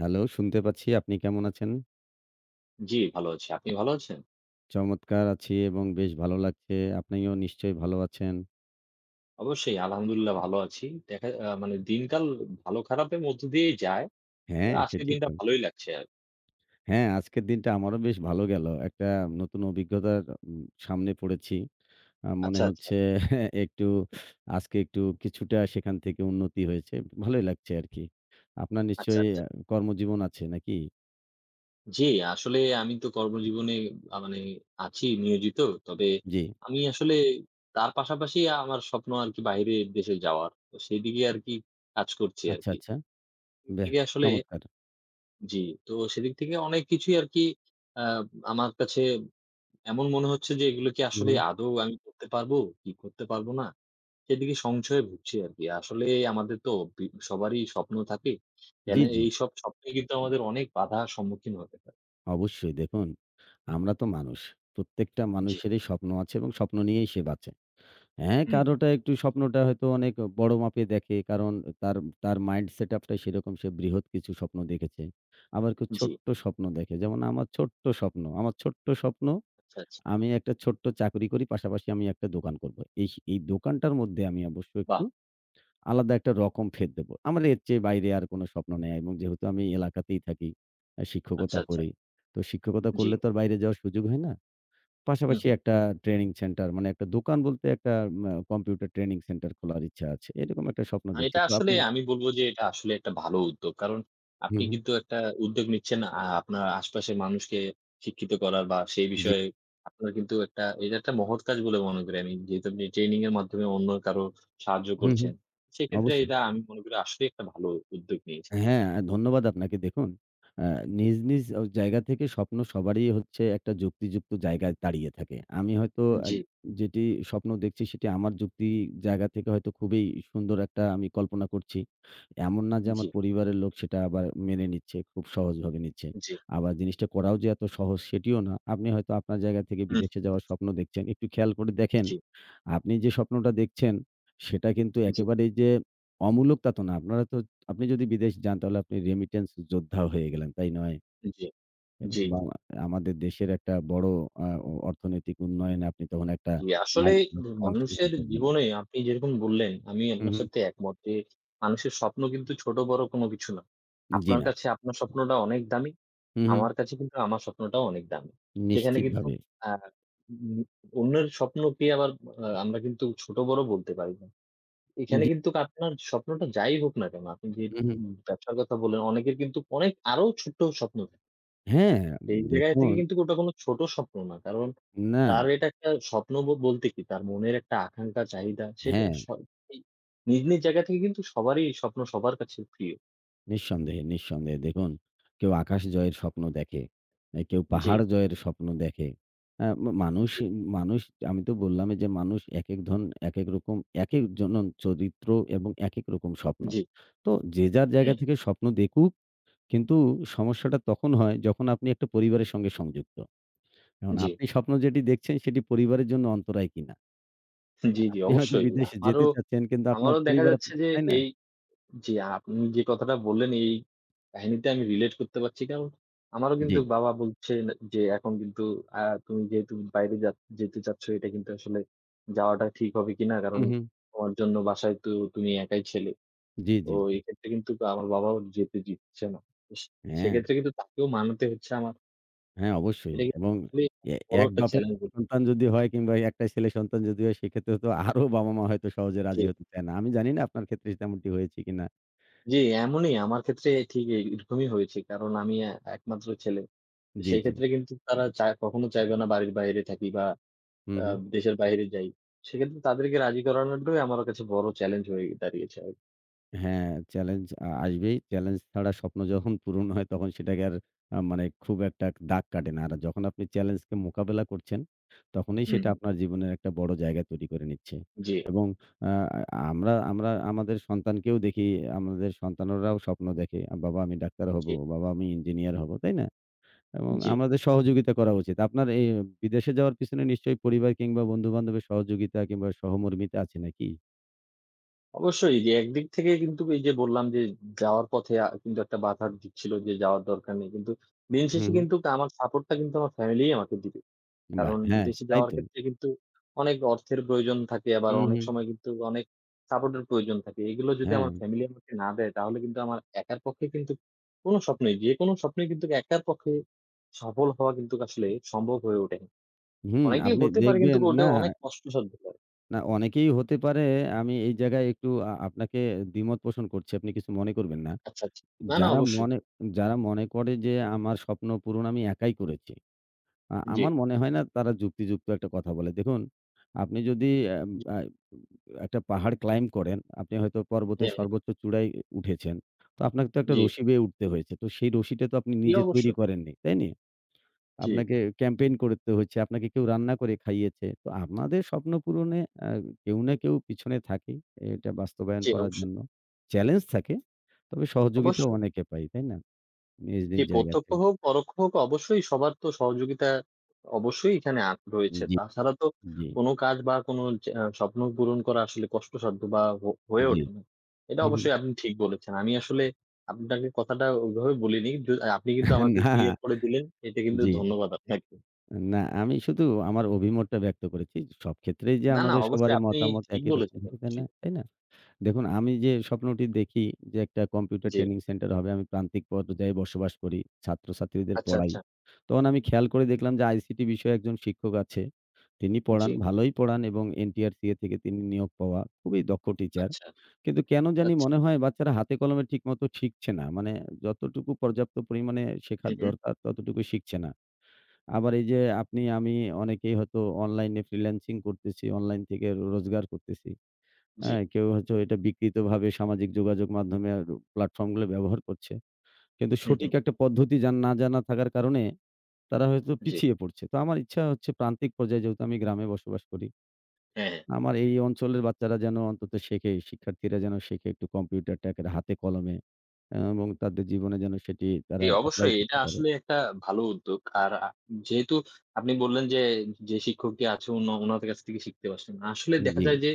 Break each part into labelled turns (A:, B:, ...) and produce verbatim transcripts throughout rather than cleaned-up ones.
A: Hello, শুনতে পাচ্ছি। আপনি কেমন আছেন?
B: জি, ভালো আছি। আপনি ভালো আছেন?
A: চমৎকার আছি এবং বেশ ভালো লাগছে। আপনিও নিশ্চয়ই ভালো আছেন।
B: অবশ্যই আলহামদুলিল্লাহ ভালো আছি। দেখা আ মানে দিনকাল ভালো খারাপের মধ্য দিয়েই যায়। তবে
A: হ্যাঁ,
B: আজকের
A: সেটি
B: দিনটা
A: তো।
B: ভালোই লাগছে আর কি।
A: হ্যাঁ, আজকের দিনটা আমারও বেশ ভালো গেল। একটা নতুন অভিজ্ঞতার উম সামনে পড়েছি। আ মনে
B: আচ্ছা, আচ্ছা,
A: হচ্ছে একটু আজকে একটু কিছুটা সেখান থেকে উন্নতি হয়েছে। ভালোই লাগছে আরকি। আপনার
B: আচ্ছা,
A: নিশ্চয়ই
B: আচ্ছা।
A: আ কর্মজীবন আছে নাকি?
B: জি, আসলে আমি তো কর্মজীবনে আ মানে আছি নিয়োজিত। তবে
A: জি।
B: আমি আসলে তার পাশাপাশি আমার স্বপ্ন আরকি বাইরের দেশে যাওয়ার। তো সেদিকে আরকি কাজ করছি
A: আচ্ছা,
B: আরকি।
A: আচ্ছা।
B: সেদিক
A: বাহ!
B: থেকে আসলে
A: চমৎকার।
B: জি, তো সেদিক থেকে অনেক কিছুই আরকি আ আমার কাছে এমন মনে হচ্ছে যে এগুলো কি
A: হু,
B: আসলে
A: হু।
B: আদৌ আমি করতে পারবো কি করতে পারবো না? সেদিকে সংশয়ে ভুগছি আরকি। আসলে আমাদের তো বি সবারই স্বপ্ন থাকে।
A: জি,
B: তাহলে
A: জি।
B: এইসব স্বপ্নে কিন্তু আমাদের অনেক বাধার সম্মুখীন হতে হয়।
A: অবশ্যই দেখুন, আমরা তো মানুষ। প্রত্যেকটা
B: জি।
A: মানুষেরই স্বপ্ন আছে এবং স্বপ্ন নিয়েই সে বাঁচে। হ্যাঁ,
B: হুম, হুম।
A: কারোটা একটু স্বপ্নটা হয়তো অনেক বড় মাপে দেখে। কারণ তার, তার মাইন্ড সেটআপ টাই সেরকম। সে বৃহৎ কিছু স্বপ্ন দেখেছে। আবার কেউ
B: জি।
A: ছোট্ট স্বপ্ন দেখে। যেমন আমার ছোট্ট স্বপ্ন। আমার ছোট্ট স্বপ্ন
B: আচ্ছা, আচ্ছা।
A: আমি একটা ছোট্ট চাকরি করি। পাশাপাশি আমি একটা দোকান করব। এই, এই দোকানটার মধ্যে আমি অবশ্য
B: বাহ!
A: একটু আলাদা একটা রকম ফের দেব। আমার এর চেয়ে বাইরে আর কোনো স্বপ্ন নেই এবং যেহেতু আমি এলাকাতেই থাকি, আ
B: আচ্ছা,
A: শিক্ষকতা
B: আচ্ছা।
A: করি। তো শিক্ষকতা
B: জি।
A: করলে তো আর বাইরে যাওয়ার সুযোগ হয় না।
B: হুম,
A: পাশাপাশি
B: হুম।
A: একটা ট্রেনিং সেন্টার মানে একটা দোকান বলতে একটা মা কম্পিউটার ট্রেনিং সেন্টার খোলার ইচ্ছা আছে। এরকম একটা স্বপ্ন
B: আ
A: দেখছি।
B: এটা
A: তো
B: আসলে
A: আপনি
B: আমি বলব যে এটা আসলে একটা ভালো উদ্যোগ। কারণ
A: হুম,
B: আপনি
A: হুম।
B: কিন্তু একটা উদ্যোগ নিচ্ছেন আ আপনার আশপাশের মানুষকে শিক্ষিত করার বা সেই
A: জি।
B: বিষয়ে আপনার কিন্তু একটা এটা একটা মহৎ কাজ বলে মনে করি আমি। যেহেতু আপনি ট্রেনিং এর মাধ্যমে অন্য কারো সাহায্য
A: হুম,
B: করছেন।
A: হুম।
B: সেক্ষেত্রে
A: অবশ্যই।
B: এটা আমি মনে করি আসলেই একটা ভালো উদ্যোগ নিয়েছেন।
A: হ্যাঁ, ধন্যবাদ আপনাকে। দেখুন, আ নিজ, নিজ অ জায়গা থেকে স্বপ্ন সবারই হচ্ছে একটা যুক্তিযুক্ত জায়গায় দাঁড়িয়ে থাকে। আমি হয়তো আ
B: জি,
A: যেটি স্বপ্ন দেখছি সেটি আমার যুক্তি জায়গা থেকে হয়তো খুবই সুন্দর একটা আমি কল্পনা করছি। এমন না যে
B: জি,
A: আমার পরিবারের লোক সেটা আবার মেনে নিচ্ছে, খুব সহজভাবে নিচ্ছে।
B: জি।
A: আবার জিনিসটা করাও যে এত সহজ সেটিও না। আপনি হয়তো আপনার জায়গা থেকে
B: হুম,
A: বিদেশে যাওয়ার স্বপ্ন দেখছেন। একটু খেয়াল করে দেখেন
B: জি,
A: আপনি যে স্বপ্নটা দেখছেন, সেটা কিন্তু
B: জি,
A: একেবারেই যে অমূলক তা তো না। আপনারা তো আপনি যদি বিদেশ যান তাহলে আপনি রেমিটেন্স যোদ্ধা হয়ে গেলেন, তাই নয়?
B: জি,
A: এবং
B: জি।
A: বা আমাদের দেশের একটা বড় আ অ অর্থনৈতিক উন্নয়নে আপনি তখন একটা
B: জি, আসলে
A: মাইলফলক অংশগ্রহণ
B: মানুষের
A: করবেন।
B: জীবনে আপনি যেরকম বললেন, আমি
A: হু,
B: আপনার
A: হু।
B: সাথে একমত যে মানুষের স্বপ্ন কিন্তু ছোট বড় কোনো কিছু না।
A: জি
B: আপনার
A: না।
B: কাছে আপনার স্বপ্নটা অনেক দামি।
A: হু, হু।
B: আমার কাছে কিন্তু আমার স্বপ্নটাও অনেক দামি। সেখানে কিন্তু
A: নিশ্চিতভাবে।
B: আ উম অন্যের স্বপ্নকে আবার আ আমরা কিন্তু ছোট বড় বলতে পারি না। এখানে
A: জি।
B: কিন্তু আপনার স্বপ্নটা যাই হোক না কেন, আপনি যে
A: হু, হু।
B: উম ব্যবসার কথা বললেন, অনেকের কিন্তু অনেক আরো ছোট্ট স্বপ্ন থাকে।
A: হ্যাঁ,
B: সেই জায়গায় থেকে
A: দেখুন
B: কিন্তু ওটা কোনো ছোট স্বপ্ন না। কারণ
A: না।
B: তার এটা একটা স্বপ্ন ব বলতে কি তার মনের একটা আকাঙ্ক্ষা, চাহিদা সেটা
A: হ্যাঁ।
B: স এই নিজ, নিজ জায়গা থেকে কিন্তু সবারই স্বপ্ন সবার কাছে প্রিয়।
A: নিঃসন্দেহে, নিঃসন্দেহে। দেখুন কেউ আকাশ জয়ের স্বপ্ন দেখে, এ কেউ
B: জি,
A: পাহাড় জয়ের স্বপ্ন দেখে। আ মা মানুষ
B: জি,
A: মানুষ আমি তো বললামই যে মানুষ একেক ধন একেক রকম একেকজনন চরিত্র এবং একেক রকম স্বপ্ন।
B: জি,
A: তো যে যার জায়গা
B: হ্যাঁ,
A: থেকে স্বপ্ন দেখুক কিন্তু সমস্যাটা তখন হয় যখন আপনি একটা পরিবারের সঙ্গে সংযুক্ত। এখন
B: জি,
A: আপনি স্বপ্ন যেটি দেখছেন সেটি পরিবারের জন্য অন্তরায় কিনা।
B: জি, জি
A: আপনি হয়তো
B: অবশ্যই।
A: বিদেশে
B: আমারও,
A: যেতে চাচ্ছেন কিন্তু আপনার
B: আমারও দেখা
A: পরিবার
B: যাচ্ছে
A: আপনি
B: যে
A: তাই না?
B: এই জি, আপনি যে কথাটা বললেন এই কাহিনীতে আমি রিলেট করতে পারছি। কারণ আমারও
A: জি।
B: কিন্তু বাবা বলছেন যে, "এখন কিন্তু আ তুমি যেহেতু বাইরে যা যেতে চাচ্ছ, এটা কিন্তু আসলে যাওয়াটা ঠিক হবে কিনা?
A: হু,
B: কারণ
A: হু।
B: তোমার জন্য বাসায় তো তুমি একাই ছেলে।"
A: জি,
B: তো
A: জি, জি।
B: এক্ষেত্রে কিন্তু আমার বাবাও যেতে দিচ্ছে না। তো সে
A: হ্যাঁ।
B: সেক্ষেত্রে কিন্তু তাকেও মানাতে হচ্ছে আমার।
A: হ্যাঁ, অবশ্যই
B: এটা কিন্তু
A: এবং
B: আসলেই
A: এ
B: বড়
A: এক
B: একটা
A: বাপের
B: চ্যালেঞ্জ
A: এক
B: বলি।
A: সন্তান যদি হয় কিংবা একটা ছেলে সন্তান যদি হয় সেক্ষেত্রে তো আরো বাবা-মা হয়তো সহজে
B: জি,
A: রাজি হতে চায় না। আমি জানি না আপনার ক্ষেত্রে তেমনটি হয়েছে কিনা?
B: জি, এমনই আমার ক্ষেত্রে ঠিক এরকমই হয়েছে। কারণ আমি এ একমাত্র ছেলে।
A: জি, জি।
B: সেক্ষেত্রে কিন্তু তারা চায় কখনো চাইবে না বাড়ির বাইরে থাকি বা
A: হু,
B: আ
A: হু।
B: দেশের বাইরে যাই। সেক্ষেত্রে তাদেরকে রাজি করানোটাই আমার কাছে বড় চ্যালেঞ্জ হয়ে দাঁড়িয়েছে আর কি।
A: হ্যাঁ, চ্যালেঞ্জ আ আসবেই। চ্যালেঞ্জ ছাড়া স্বপ্ন যখন পূরণ হয় তখন সেটাকে আর আ মানে খুব একটা দাগ কাটে না। আর যখন আপনি চ্যালেঞ্জকে মোকাবেলা করছেন, তখনই
B: হুম,
A: সেটা
B: হুম।
A: আপনার জীবনের একটা বড় জায়গা তৈরি করে নিচ্ছে।
B: জি,
A: এবং আ আ আমরা আমরা আমাদের সন্তানকেও দেখি, আমাদের সন্তানরাও স্বপ্ন দেখে। আহ, "বাবা আমি ডাক্তার
B: জি,
A: হবো, বাবা আমি ইঞ্জিনিয়ার হবো।" তাই না? এবং
B: জি।
A: আমাদের সহযোগিতা করা উচিত। আপনার এই বিদেশে যাওয়ার পিছনে নিশ্চয়ই পরিবার কিংবা বন্ধু-বান্ধবের সহযোগিতা কিংবা সহমর্মিতা আছে নাকি?
B: অবশ্যই যে একদিক থেকে কিন্তু এই যে বললাম যে যাওয়ার পথে আ কিন্তু একটা বাধা দিচ্ছিল যে যাওয়ার দরকার নেই। কিন্তু দিন
A: হু,
B: শেষে
A: হু।
B: কিন্তু আমার সাপোর্টটা কিন্তু আমার ফ্যামিলিই আমাকে দিবে।
A: বাহ!
B: কারণ
A: হ্যাঁ,
B: বিদেশে
A: তাই
B: যাওয়ার
A: তো।
B: ক্ষেত্রে কিন্তু অনেক অর্থের প্রয়োজন থাকে, আবার
A: হু,
B: অনেক
A: হু।
B: সময় কিন্তু অনেক সাপোর্টের প্রয়োজন থাকে। এগুলো যদি আমার
A: হ্যাঁ,
B: ফ্যামিলি আমাকে না দেয়, তাহলে কিন্তু আমার একার পক্ষে কিন্তু কোনো স্বপ্নই, যেকোনো স্বপ্নই কিন্তু একার পক্ষে সফল হওয়া কিন্তু আসলে সম্ভব হয়ে ওঠে না।
A: হুম,
B: অনেকেই
A: আপনি
B: হতে পারে কিন্তু
A: দেখবেন
B: ওটা
A: না,
B: অনেক কষ্টসাধ্য হয়।
A: না অনেকেই হতে পারে আমি এই জায়গায় একটু আ আপনাকে দ্বিমত পোষণ করছি। আপনি কিছু মনে করবেন না।
B: আচ্ছা, আচ্ছা। না, না
A: যারা
B: অবশ্যই।
A: মনে যারা মনে করে যে আমার স্বপ্ন পূরণ আমি একাই করেছি। আ
B: জি,
A: আমার মনে হয় না তারা যুক্তিযুক্ত একটা কথা বলে। দেখুন, আপনি যদি এম
B: জি।
A: আ একটা পাহাড় ক্লাইম্ব করেন, আপনি হয়তো পর্বতের
B: হ্যাঁ, হ্যাঁ।
A: সর্বোচ্চ চূড়ায় উঠেছেন। তো আপনাকে তো একটা
B: জি।
A: রশি বেয়ে উঠতে হয়েছে। তো সেই রশিটা তো আপনি
B: জি,
A: নিজে তৈরি
B: অবশ্যই।
A: করেননি, তাই নি?
B: জি,
A: আপনাকে ক্যাম্পেইন করতে হচ্ছে, আপনাকে কেউ রান্না করে খাইয়েছে। তো আমাদের স্বপ্ন পূরণে আ কেউ না কেউ পিছনে থাকেই এটা বাস্তবায়ন
B: জি
A: করার
B: অবশ্যই,
A: জন্য। চ্যালেঞ্জ থাকে। তবে সহযোগিতাও
B: অবশ্যই।
A: অনেকে পাই, তাই না? নিজ,
B: জি,
A: নিজ জায়গা
B: প্রত্যক্ষ
A: থেকে।
B: হোক, পরোক্ষ হোক অবশ্যই সবার তো সহযোগিতা অবশ্যই এখানে আ রয়েছে।
A: জি,
B: তাছাড়া তো
A: জি,
B: কোনো কাজ বা কোনো যে আ স্বপ্ন পূরণ করা আসলে কষ্টসাধ্য বা হ হয়ে
A: জি।
B: ওঠে না। এটা
A: হুম,
B: অবশ্যই আপনি ঠিক বলেছেন। আমি আসলে আপনাকে কথাটা ওইভাবে বলিনি। যো আপনি কিন্তু আমাকে
A: না,
B: ক্লিয়ার করে দিলেন। এতে কিন্তু
A: জি।
B: ধন্যবাদ আপনাকে।
A: না, আমি শুধু আমার অভিমতটা ব্যক্ত করেছি। সব ক্ষেত্রেই যে
B: না, না
A: আমাদের
B: অবশ্যই
A: সবারই
B: আপনি
A: মতামত
B: ঠিক
A: একই রকম
B: বলেছিলেন।
A: হবে তা
B: জি,
A: না, তাই না? দেখুন, আমি যে স্বপ্নটি দেখি যে একটা কম্পিউটার
B: জি।
A: ট্রেনিং সেন্টার হবে। আমি প্রান্তিক পর্যায়ে বসবাস করি, ছাত্রছাত্রীদের
B: আচ্ছা,
A: পড়াই।
B: আচ্ছা।
A: তখন আমি খেয়াল করে দেখলাম যে আই সি টি বিষয়ে একজন শিক্ষক আছে। তিনি
B: জি,
A: পড়ান, ভালোই পড়ান এবং এন টি আর সি এ থেকে তিনি নিয়োগ পাওয়া খুবই দক্ষ টিচার।
B: আচ্ছা,
A: কিন্তু কেন জানি
B: আচ্ছা।
A: মনে হয় বাচ্চারা হাতে কলমে ঠিকমতো শিখছে না। মানে যতটুকু পর্যাপ্ত পরিমাণে
B: হু,
A: শেখার
B: হু।
A: দরকার ততটুকু শিখছে না। আবার এই যে আপনি, আমি অনেকেই হয়তো অনলাইনে ফ্রিল্যান্সিং করতেছি, অনলাইন থেকে রোজগার করতেছি।
B: জি,
A: হ্যাঁ, কেউ হচ্ছে এটা বিকৃতভাবে সামাজিক যোগাযোগ মাধ্যমে আর প্ল্যাটফর্মগুলো ব্যবহার করছে। কিন্তু
B: হু, হু।
A: সঠিক একটা পদ্ধতি জান না জানা থাকার কারণে তারা হয়তো
B: জি।
A: পিছিয়ে পড়ছে। তো আমার ইচ্ছা হচ্ছে প্রান্তিক পর্যায়ে যেহেতু আমি গ্রামে বসবাস করি,
B: হ্যাঁ, হ্যাঁ।
A: আমার এই অঞ্চলের বাচ্চারা যেন অন্তত শেখে, শিক্ষার্থীরা যেন শেখে একটু কম্পিউটারটা একেবারে হাতে কলমে অ্যা এবং তাদের জীবনে যেন সেটি
B: জি,
A: তারা এপ্লাই
B: অবশ্যই এটা
A: করতে পারে।
B: আসলে একটা ভালো উদ্যোগ। আর আ যেহেতু আপনি বললেন যে, যে শিক্ষকটি আছে অন্য উনাদের কাছ থেকে শিখতে পারছেন। আসলে দেখা
A: জি।
B: যায় যে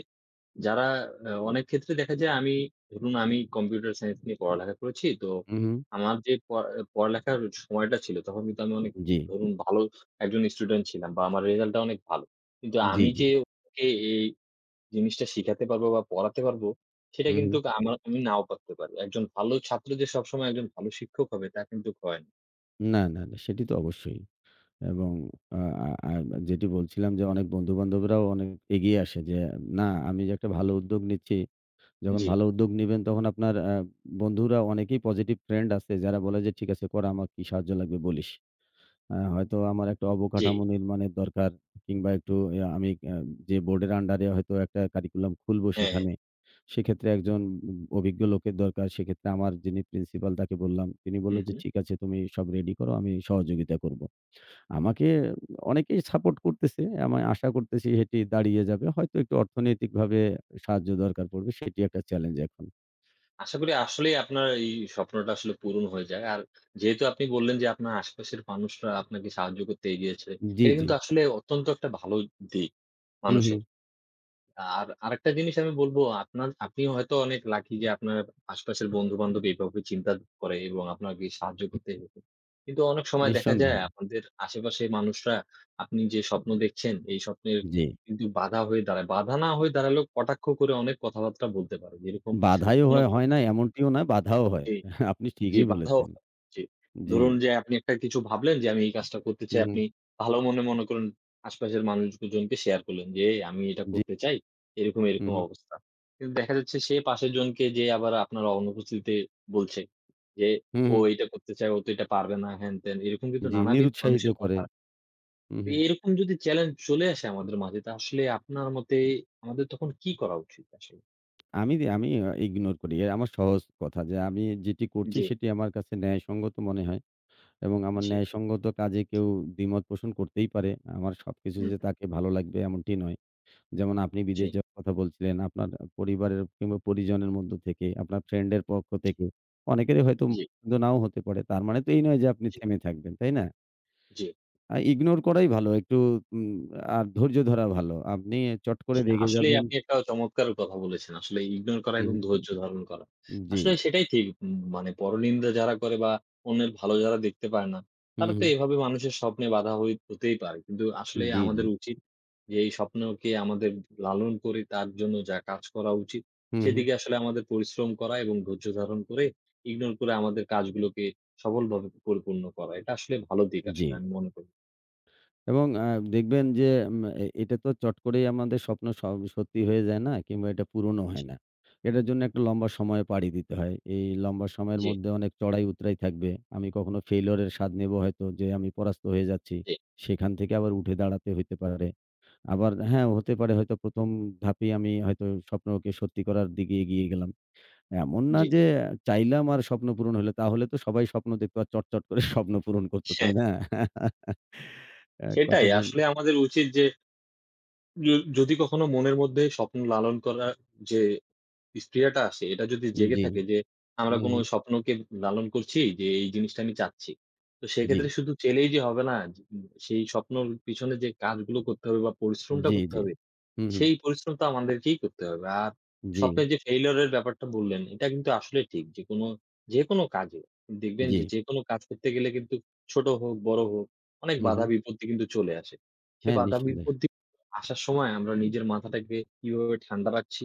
B: যারা আ অনেক ক্ষেত্রে দেখা যায় আমি ধরুন আমি কম্পিউটার সায়েন্স নিয়ে পড়ালেখা করেছি। তো
A: হু, হু।
B: আমার যে পড়া পড়ালেখার সময়টা ছিল তখন কিন্তু আমি অনেক
A: জি,
B: ধরুন ভালো একজন স্টুডেন্ট ছিলাম বা আমার রেজাল্টটা অনেক ভালো। কিন্তু
A: জি,
B: আমি
A: জি।
B: যে ওকে এই জিনিসটা শিখাতে পারবো বা পড়াতে পারবো সেটা
A: হু,
B: কিন্তু
A: হু।
B: আমার আমি নাও পারতে পারি। একজন ভালো ছাত্র যে সবসময় একজন ভালো শিক্ষক হবে তা কিন্তু হয় না।
A: না, না, না সেটি তো অবশ্যই। এবং আ আ আ যেটি বলছিলাম যে অনেক বন্ধু-বান্ধবরাও অনেক এগিয়ে আসে যে না আমি যে একটা ভালো উদ্যোগ নিচ্ছি। যখন
B: জি,
A: ভালো উদ্যোগ নিবেন তখন আপনার আ বন্ধুরা অনেকেই পজিটিভ ফ্রেন্ড আছে যারা বলে যে ঠিক আছে কর আমার কি সাহায্য লাগবে বলিস। আ হয়তো আমার একটা
B: জি।
A: অবকাঠামো নির্মাণের দরকার কিংবা একটু ইয়া আমি আ যে বোর্ডের আন্ডারে হয়তো একটা কারিকুলাম খুলবো
B: হ্যাঁ, হ্যাঁ।
A: সেখানে। সেক্ষেত্রে একজন উ অভিজ্ঞ লোকের দরকার। সেক্ষেত্রে আমার যিনি প্রিন্সিপাল তাকে বললাম। তিনি
B: হু,
A: বলল যে
B: হু।
A: ঠিক আছে তুমি সব রেডি করো আমি সহযোগিতা করব। আমাকে অনেকেই সাপোর্ট করতেছে। আমি আশা করতেছি সেটি দাঁড়িয়ে যাবে। হয়তো একটু অর্থনৈতিকভাবে সাহায্য দরকার পড়বে। সেটি একটা চ্যালেঞ্জ এখন।
B: আশা করি আসলেই আপনার এই স্বপ্নটা আসলে পূরণ হয়ে যায়। আর যেহেতু আপনি বললেন যে আপনার আশেপাশের মানুষরা আপনাকে সাহায্য করতে এগিয়েছে,
A: জি,
B: এটা
A: জি।
B: কিন্তু আসলে অত্যন্ত একটা ভালো দিক
A: হুম,
B: মানুষের।
A: হুম।
B: আর আরেকটা জিনিস আমি বলব, আপনার আপনি হয়তো অনেক লাকি যে আপনার আশপাশের বন্ধু-বান্ধব এভাবে চিন্তা করে এবং আপনাকে সাহায্য করতে এসেছে। কিন্তু অনেক সময় দেখা যায়
A: নিঃসন্দেহে।
B: আপনাদের আশেপাশের মানুষরা আপনি যে স্বপ্ন দেখছেন, এই স্বপ্নের
A: জি।
B: কিন্তু বাধা হয়ে দাঁড়ায়। বাধা না হয়ে দাঁড়ালেও কটাক্ষ করে অনেক কথাবার্তা বলতে পারে। যেরকম
A: বাধাইও
B: মনে
A: হয়,
B: করেন
A: হয় না এমনটিও না, বাধাও হয়।
B: যে
A: আপনি
B: জি,
A: ঠিকই
B: বাধাও
A: বলেছেন।
B: হয়। জি।
A: জি।
B: ধরুন যে আপনি একটা কিছু ভাবলেন যে আমি এই কাজটা করতে
A: হুম,
B: চাই।
A: হুম।
B: আপনি ভালো মনে মনে করেন আশপাশের মানুষজনকে শেয়ার করলেন যে, "এই আমি এটা
A: জি।
B: করতে চাই।" এরকম,
A: হুম,
B: এরকম
A: হুম।
B: অবস্থা। কিন্তু দেখা যাচ্ছে সে পাশের জনকে যেয়ে আবার আপনার অনুপস্থিতিতে বলছে যে,
A: হুম,
B: "ও
A: হুম।
B: এটা করতে চায়, ও তো এটা পারবে না।" হ্যান-ত্যান। এরকম কিন্তু
A: জি,
B: নানাবিধ
A: নিরুৎসাহিত
B: মানুষের
A: করে।
B: কথা।
A: হুম,
B: তো
A: হুম।
B: এরকম যদি চ্যালেঞ্জ চলে আসে আমাদের মাঝে তা আসলে আপনার মতে আমাদের তখন কি করা উচিত আসলে?
A: আমি আমি ইগনোর করি। এ আমার সহজ কথা যে আমি যেটি করছি
B: জি,
A: সেটি আমার কাছে ন্যায়সঙ্গত মনে হয়। এবং আমার
B: জি।
A: ন্যায়সঙ্গত কাজে কেউ দ্বিমত পোষণ করতেই পারে। আমার সবকিছু
B: হুম,
A: যে
B: হুম,
A: তাকে ভালো লাগবে এমনটি নয়। যেমন আপনি
B: জি,
A: বিদেশ যাওয়ার কথা বলছিলেন। আপনার পরিবারের কিংবা পরিজনের মধ্য থেকে, আপনার ফ্রেন্ডের পক্ষ
B: জি,
A: থেকে অনেকেরই হয়তো
B: জি,
A: পছন্দ নাও হতে পারে। তার মানে তো এই নয় যে আপনি
B: জি,
A: থেমে থাকবেন, তাই না?
B: জি।
A: আ ইগনোর করাই ভালো। একটু উম আর ধৈর্য ধরা ভালো। আপনি চট করে
B: জি,
A: রেগে
B: আসলেই
A: যাবেন
B: আপনি একটা চমৎকার কথা বলেছেন। আসলে ইগনোর করা
A: হুম,
B: এবং ধৈর্য ধারণ করা।
A: হুম, জি।
B: আসলে সেটাই ঠিক। উম মানে পরনিন্দা যারা করে বা অন্যের ভালো যারা দেখতে পারে না,
A: হুম,
B: তারা তো
A: হুম।
B: এভাবে মানুষের স্বপ্নে বাধা হই হতেই পারে। কিন্তু আসলে
A: জি, জি।
B: আমাদের উচিত যে এই স্বপ্নকে আমাদের লালন করে তার জন্য যা কাজ করা উচিত,
A: হুম, হুম।
B: সেদিকে আসলে আমাদের পরিশ্রম করা এবং ধৈর্য ধারণ করে ইগনোর করে আমাদের কাজগুলোকে সফলভাবে পরিপূর্ণ করা। এটা আসলে ভালো দিক
A: জি।
B: আসলে আমি মনে করি।
A: এবং আ দেখবেন যে উম এ এটা তো চট করেই আমাদের স্বপ্ন স সত্যি হয়ে যায় না কিংবা এটা পূরণও হয়
B: জি,
A: না। এটার জন্য একটা লম্বা সময় পাড়ি দিতে হয়। এই লম্বা সময়ের
B: জি,
A: মধ্যে অনেক চড়াই-উতরাই থাকবে। আমি কখনো failure এর স্বাদ নেব হয়তো যে আমি পরাস্ত হয়ে যাচ্ছি।
B: জি,
A: সেখান থেকে আবার উঠে দাঁড়াতে হইতে পারে। আবার হ্যাঁ, হতে পারে হয়তো প্রথম ধাপেই আমি হয়তো স্বপ্নকে সত্যি করার দিকে এগিয়ে গেলাম। এমন না
B: জি।
A: যে আহ, চাইলাম আর স্বপ্ন পূরণ হলো। তাহলে তো সবাই স্বপ্ন দেখতো আর চটচট করে স্বপ্ন পূরণ করত,
B: হ্যাঁ,
A: তাই না? আ
B: সেটাই
A: কতদিন
B: আসলে আমাদের উচিত যে য যদি কখনো মনের মধ্যে স্বপ্ন লালন করার যে স্প্রিয়াটা আসে, এটা যদি জেগে
A: জি।
B: থাকে যে
A: হু,
B: আমরা কোনো
A: হু।
B: স্বপ্নকে লালন করছি যে এই জিনিসটা আমি চাচ্ছি। তো
A: জি,
B: সেক্ষেত্রে শুধু চেলেই যে হবে না, যে সেই স্বপ্নর পিছনে যে কাজগুলো করতে হবে বা পরিশ্রমটা
A: জি,
B: করতে
A: জি।
B: হবে
A: হু, হু।
B: সেই পরিশ্রম তো আমাদেরকেই করতে হবে। আর
A: জি,
B: স্বপ্নের যে failure এর ব্যাপারটা বললেন, এটা কিন্তু আসলে ঠিক। যে কোনো যেকোনো কাজে দেখবেন
A: জি।
B: যে যেকোনো কাজ করতে গেলে কিন্তু ছোট হোক, বড় হোক, অনেক
A: হু, হু।
B: বাধা বিপত্তি কিন্তু চলে আসে। সে
A: হ্যাঁ,
B: বাধা
A: নিঃসন্দেহে।
B: বিপত্তি আসার সময় আমরা নিজের মাথাটাকে কিভাবে ঠান্ডা রাখছি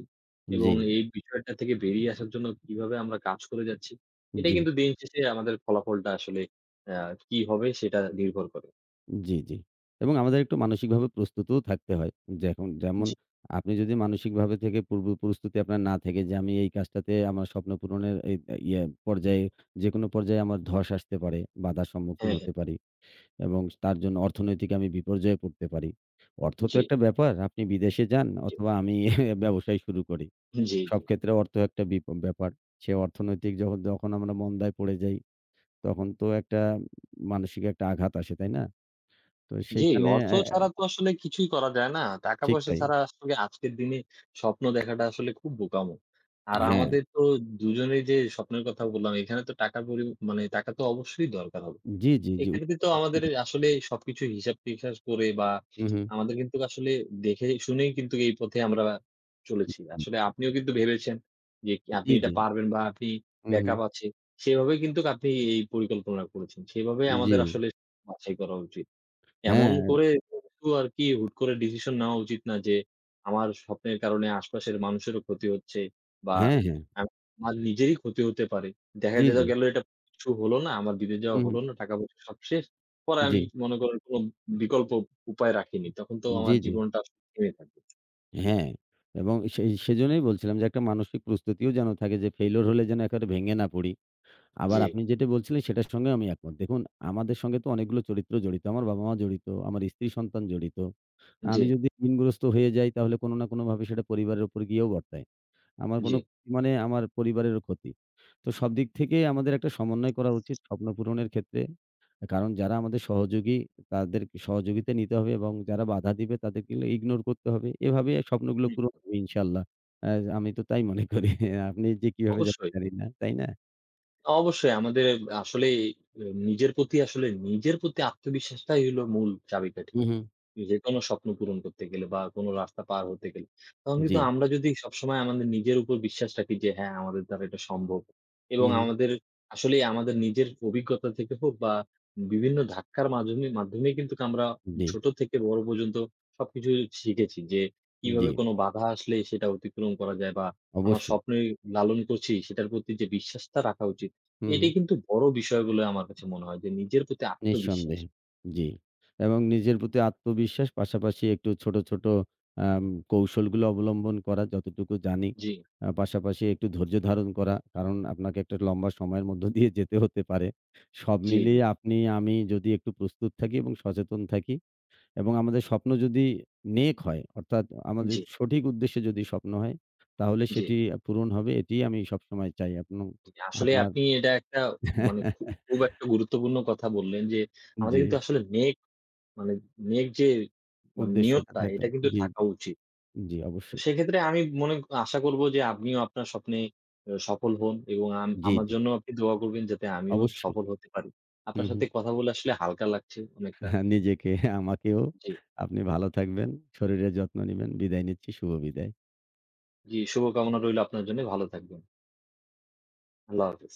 B: এবং
A: জি,
B: এই বিষয়টা থেকে বেরিয়ে আসার জন্য কিভাবে আমরা কাজ করে যাচ্ছি, এটাই
A: জি,
B: কিন্তু দিন শেষে আমাদের ফলাফলটা আসলে আ কি হবে সেটা নির্ভর করে।
A: জি, জি। এবং আমাদের একটু মানসিকভাবে প্রস্তুতও থাকতে হয়। যেখন যেমন
B: জি।
A: আপনি যদি মানসিকভাবে থেকে পূর্ব প্রস্তুতি আপনার না থেকে যে আমি এই কাজটাতে আমার স্বপ্ন পূরণের এই আ ইয়ে পর্যায়ে যেকোনো পর্যায়ে আমার ধস আসতে পারে, বাধার সম্মুখীন
B: হ্যাঁ, হ্যাঁ।
A: হতে পারি এবং তার জন্য অর্থনৈতিক আমি বিপর্যয়ে পড়তে পারি। অর্থ তো
B: জি,
A: একটা ব্যাপার। আপনি বিদেশে যান
B: জি,
A: অথবা আমি ব্যবসায় শুরু করি।
B: জি, জি।
A: সব ক্ষেত্রে অর্থ একটা বিপ ব্যাপার। সে অর্থনৈতিক যখন যখন আমরা মন্দায় পড়ে যাই, তখন তো একটা মানসিক একটা আঘাত আসে, তাই না? তো
B: জি,
A: সেইখানে
B: অর্থ
A: অ্যা
B: ছাড়া তো আসলে কিছুই করা যায় না।
A: ঠিক
B: টাকা-পয়সা
A: তাই।
B: ছাড়া আসলে আজকের দিনে স্বপ্ন দেখাটা আসলে খুব বোকামো। আর
A: হ্যাঁ।
B: আমাদের তো দুজনেই যে স্বপ্নের কথা বললাম, এখানে তো টাকা পরি মানে টাকা তো অবশ্যই দরকার হবে।
A: জি, জি, জি।
B: এখানে কিন্তু আমাদের আসলে সবকিছু হিসাব-টিকাস করে বা
A: হু, হু।
B: আমাদের কিন্তু আসলে দেখে শুনেই কিন্তু এই পথে আমরা চলেছি। আসলে আপনিও কিন্তু ভেবেছেন যে কি আপনি
A: জি,
B: এটা
A: জি।
B: পারবেন বা আপনি
A: হু, হু।
B: ব্যাকআপ আছে। সেভাবেই কিন্তু আপনি এই পরিকল্পনা করেছেন। সেভাবেই
A: জি।
B: আমাদের আসলে বাছাই করা উচিত। এমন
A: হ্যাঁ,
B: করে কিন্তু আরকি হুট করে ডিসিশন নেওয়া উচিত না যে, আমার স্বপ্নের কারণে আশপাশের মানুষেরও ক্ষতি হচ্ছে বা
A: হ্যাঁ, হ্যাঁ।
B: আম আমার নিজেরই ক্ষতি হতে পারে। দেখা
A: জি,
B: যা
A: জি।
B: গেল এটা কিছু হলো না, আমার বিদেশ
A: হু,
B: যাওয়া
A: হু।
B: হলো না, টাকা-পয়সা সব শেষ। পরে
A: জি,
B: আমি মনে করেন কোনো বিকল্প উপায় রাখিনি। তখন তো
A: জি,
B: আমার
A: জি।
B: জীবনটা আসলে থেমে থাকবে।
A: হ্যাঁ। এবং সেই সেজন্যই বলছিলাম যে একটা মানসিক প্রস্তুতিও যেন থাকে যে ফেইলিউর হলে যেন একেবারে ভেঙে না পড়ি। আবার
B: জি,
A: আপনি যেটা বলছিলেন সেটার সঙ্গেও আমি একমত। দেখুন আমাদের সঙ্গে তো অনেকগুলো চরিত্র জড়িত। আমার বাবা-মা জড়িত, আমার স্ত্রী-সন্তান জড়িত।
B: জি,
A: আমি যদি ঋণগ্রস্ত হয়ে যাই তাহলে কোনো না কোনোভাবে সেটা পরিবারের উপর গিয়েও বর্তায়। আমার
B: জি।
A: কোনো ক্ষতি মানে আমার পরিবারেরও ক্ষতি। তো সব দিক থেকে আমাদের একটা সমন্বয় করা উচিত স্বপ্ন পূরণের ক্ষেত্রে। কারণ যারা আমাদের সহযোগী তাদেরকে সহযোগিতা নিতে হবে এবং যারা বাধা দিবে তাদেরকে ইগনোর করতে হবে। এভাবে স্বপ্নগুলো পূরণ
B: হুম,
A: হবে ইনশাআল্লাহ। আ আমি তো তাই মনে করি। আপনি যে কিভাবে দেখেন
B: অবশ্যই।
A: জানি না। তাই না?
B: অবশ্যই আমাদের আসলে এ নিজের প্রতি আসলে নিজের প্রতি আত্মবিশ্বাসটাই হলো মূল চাবিকাঠি।
A: হু, হু।
B: যেকোনো স্বপ্ন পূরণ করতে গেলে বা কোনো রাস্তা পার হতে গেলে। তখন
A: জি।
B: কিন্তু আমরা যদি সবসময় আমাদের নিজের উপর বিশ্বাস রাখি যে হ্যাঁ, আমাদের দ্বারা এটা সম্ভব এবং
A: হুম, হুম।
B: আমাদের আসলেই আমাদের নিজের অভিজ্ঞতা থেকে হোক বা বিভিন্ন ধাক্কার মাধ্যমে মাধ্যমেই কিন্তু আমরা
A: জি,
B: ছোট থেকে বড় পর্যন্ত সবকিছু শিখেছি যে
A: জি।
B: কিভাবে কোনো বাধা আসলে সেটা অতিক্রম করা যায় বা আমার
A: অবশ্যই।
B: স্বপ্নে লালন করছি সেটার প্রতি যে বিশ্বাসটা রাখা উচিত।
A: হুম, হুম।
B: এটাই কিন্তু বড় বিষয় বলে আমার কাছে মনে হয় যে নিজের প্রতি আত্মবিশ্বাস।
A: নিঃসন্দেহে। জি। এবং নিজের প্রতি আত্মবিশ্বাস পাশাপাশি একটু ছোট, ছোট আম কৌশলগুলো অবলম্বন করা যতটুকু জানি।
B: জি,
A: আ পাশাপাশি একটু ধৈর্য ধারণ করা। কারণ আপনাকে একটা লম্বা সময়ের মধ্য দিয়ে যেতে হতে পারে। সব
B: জি, জি,
A: মিলিয়ে আপনি, আমি যদি একটু প্রস্তুত থাকি এবং সচেতন থাকি এবং আমাদের স্বপ্ন যদি নেক হয় অর্থাৎ আমাদের
B: জি,
A: সঠিক উদ্দেশ্যে যদি স্বপ্ন হয় তাহলে
B: জি।
A: সেটি আ পূরণ হবে। এটিই আমি সবসময় চাই। আপনং
B: আসলে
A: আপনার
B: আপনি এটা একটা মানে খু খুব একটা গুরুত্বপূর্ণ কথা বললেন যে, আমাদের
A: জি,
B: কিন্তু আসলে নেক মানে নেক যে মানে
A: উদ্দেশ্যটা
B: নিয়তটা
A: থাকতো।
B: এটা কিন্তু
A: জি,
B: থাকা
A: জি,
B: উচিত।
A: জি,
B: তো
A: অবশ্যই।
B: সেক্ষেত্রে আমি মনে আশা করব যে আপনিও আপনার স্বপ্নে আ সফল হন এবং আম
A: জি,
B: আমার
A: জি,
B: জন্য আপনি দোয়া করবেন যাতে আমিও
A: অবশ্যই।
B: সফল হতে পারি।
A: হুম,
B: আপনার
A: হুম।
B: সাথে কথা বলে আসলে হালকা লাগছে অনেকটা।
A: হ্যাঁ, নিজেকে, আমাকেও
B: জি,
A: আপনি ভালো থাকবেন। শরীরের যত্ন নিবেন। বিদায় নিচ্ছি। শুভ বিদায়।
B: জি শুভকামনা রইল আপনার জন্য। ভালো থাকবেন। আল্লাহ হাফেজ।